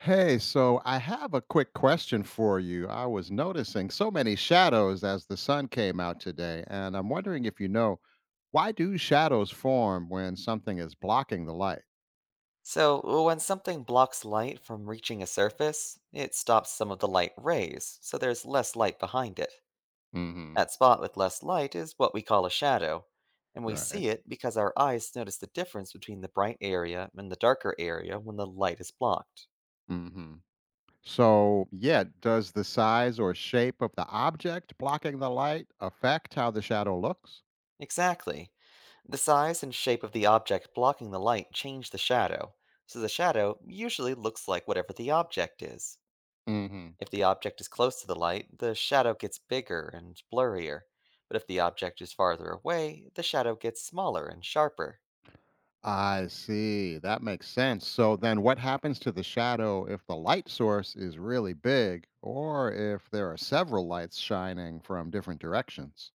Hey, so I have a quick question for you. I was noticing so many shadows as the sun came out today, and I'm wondering if you know why do shadows form when something is blocking the light? So, well, when something blocks light from reaching a surface, it stops some of the light rays, so there's less light behind it. Mm-hmm. That spot with less light is what we call a shadow, and we Right. see it because our eyes notice the difference between the bright area and the darker area when the light is blocked. hmm So, yeah, does the size or shape of the object blocking the light affect how the shadow looks? Exactly. The size and shape of the object blocking the light change the shadow, so the shadow usually looks like whatever the object is. If the object is close to the light, the shadow gets bigger and blurrier. But if the object is farther away, the shadow gets smaller and sharper. I see. That makes sense. So then what happens to the shadow if the light source is really big or if there are several lights shining from different directions?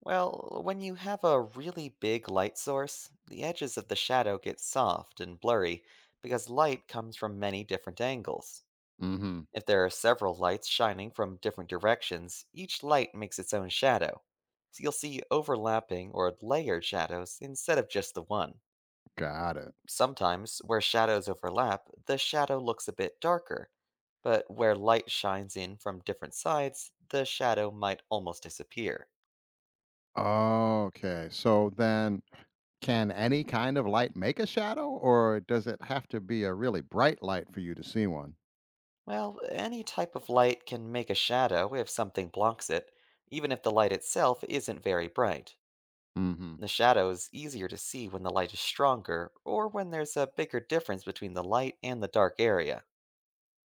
Well, when you have a really big light source, the edges of the shadow get soft and blurry because light comes from many different angles. Mhm. If there are several lights shining from different directions, each light makes its own shadow. So you'll see overlapping or layered shadows instead of just the one. Got it. Sometimes, where shadows overlap, the shadow looks a bit darker, but where light shines in from different sides, the shadow might almost disappear. Okay. So then can any kind of light make a shadow or does it have to be a really bright light for you to see one? Well, any type of light can make a shadow if something blocks it, even if the light itself isn't very bright. Mm-hmm. The shadow is easier to see when the light is stronger, or when there's a bigger difference between the light and the dark area.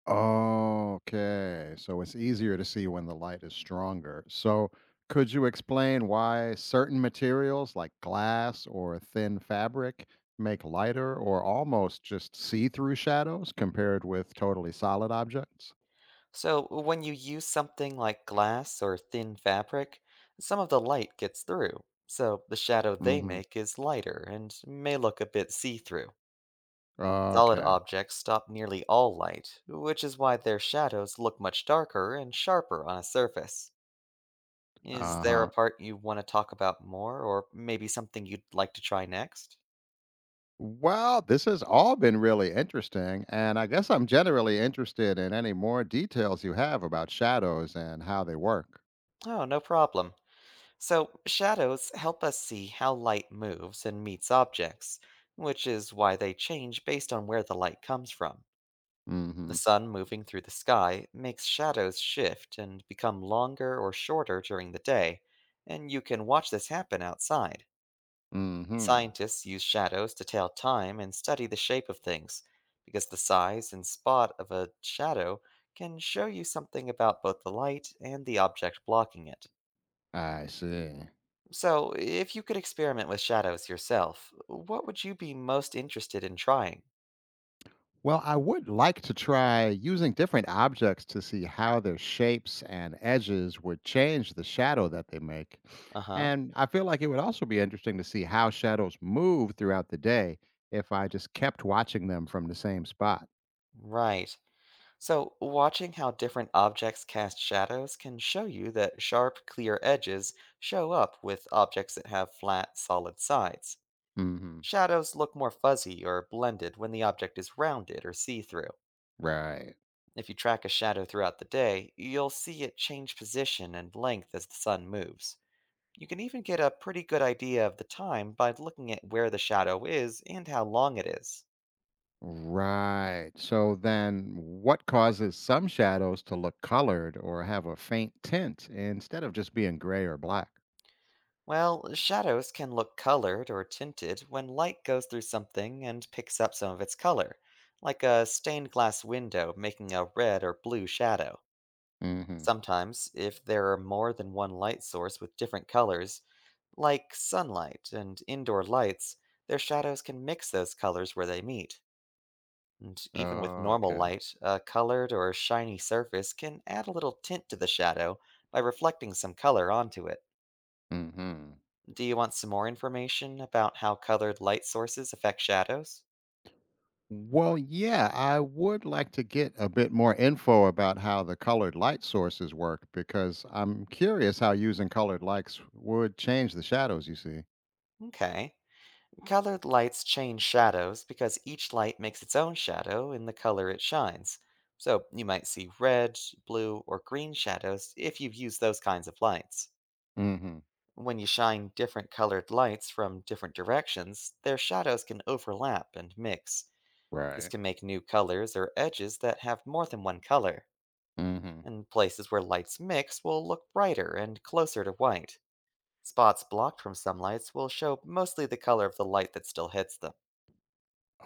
Okay, so it's easier to see when the light is stronger. So, could you explain why certain materials like glass or thin fabric make lighter or almost just see through shadows compared with totally solid objects? So, when you use something like glass or thin fabric, some of the light gets through, so the shadow they Hmm. make is lighter and may look a bit see through. Solid Okay, objects stop nearly all light, which is why their shadows look much darker and sharper on a surface. Is uh there a huh. part you want to talk about more, or maybe something you'd like to try next? Well, this has all been really interesting, and I guess I'm generally interested in any more details you have about shadows and how they work. Oh, no problem. So, shadows help us see how light moves and meets objects, which is why they change based on where the light comes from. Mm The hmm. sun moving through the sky makes shadows shift and become longer or shorter during the day, and you can watch this happen outside. Mm hmm. Scientists use shadows to tell time and study the shape of things, because the size and spot of a shadow can show you something about both the light and the object blocking it. I see. So, if you could experiment with shadows yourself, what would you be most interested in trying? Well, I would like to try using different objects to see how their shapes and edges would change the shadow that they make. Uh huh. And I feel like it would also be interesting to see how shadows move throughout the day if I just kept watching them from the same spot. Right. So, watching how different objects cast shadows can show you that sharp, clear edges show up with objects that have flat, solid sides. Hmm. Shadows look more fuzzy or blended when the object is rounded or see through. Right. If you track a shadow throughout the day, you'll see it change position and length as the sun moves. You can even get a pretty good idea of the time by looking at where the shadow is and how long it is. Right. So then, what causes some shadows to look colored or have a faint tint instead of just being gray or black? Well, shadows can look colored or tinted when light goes through something and picks up some of its color, like a stained glass window making a red or blue shadow. Hmm. Sometimes, if there are more than one light source with different colors, like sunlight and indoor lights, their shadows can mix those colors where they meet. And even with Oh, normal okay. light, a colored or shiny surface can add a little tint to the shadow by reflecting some color onto it. Hmm. Do you want some more information about how colored light sources affect shadows? Well, yeah, I would like to get a bit more info about how the colored light sources work because I'm curious how using colored lights would change the shadows you see. Okay. Colored lights change shadows because each light makes its own shadow in the color it shines. So you might see red, blue, or green shadows if you've used those kinds of lights. Mhm. When you shine different colored lights from different directions, their shadows can overlap and mix. This Right. can make new colors or edges that have more than one color, Mhm. and places where lights mix will look brighter and closer to white. Spots blocked from some lights will show mostly the color of the light that still hits them.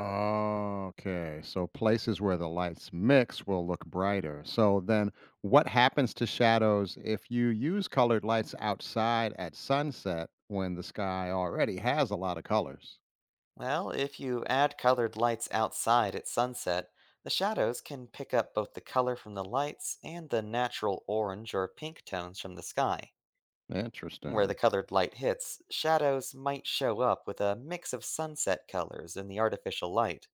Okay, so places where the lights mix will look brighter. So then what happens to shadows if you use colored lights outside at sunset when the sky already has a lot of colors? Well, if you add colored lights outside at sunset, the shadows can pick up both the color from the lights and the natural orange or pink tones from the sky. Where the Interesting. colored light hits, shadows might show up with a mix of sunset colors and the artificial light.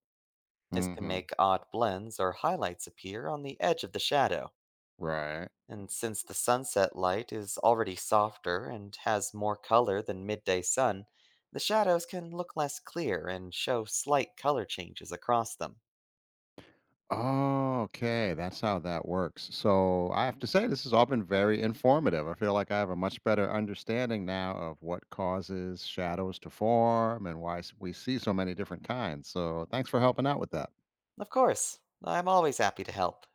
This can Mhm. make odd blends or highlights appear on the edge of the shadow. Right. And since the sunset light is already softer and has more color than midday sun, the shadows can look less clear and show slight color changes across them. Oh, okay. That's how that works. So I have to say, this has all been very informative. I feel like I have a much better understanding now of what causes shadows to form and why we see so many different kinds. So thanks for helping out with that. Of course, I'm always happy to help.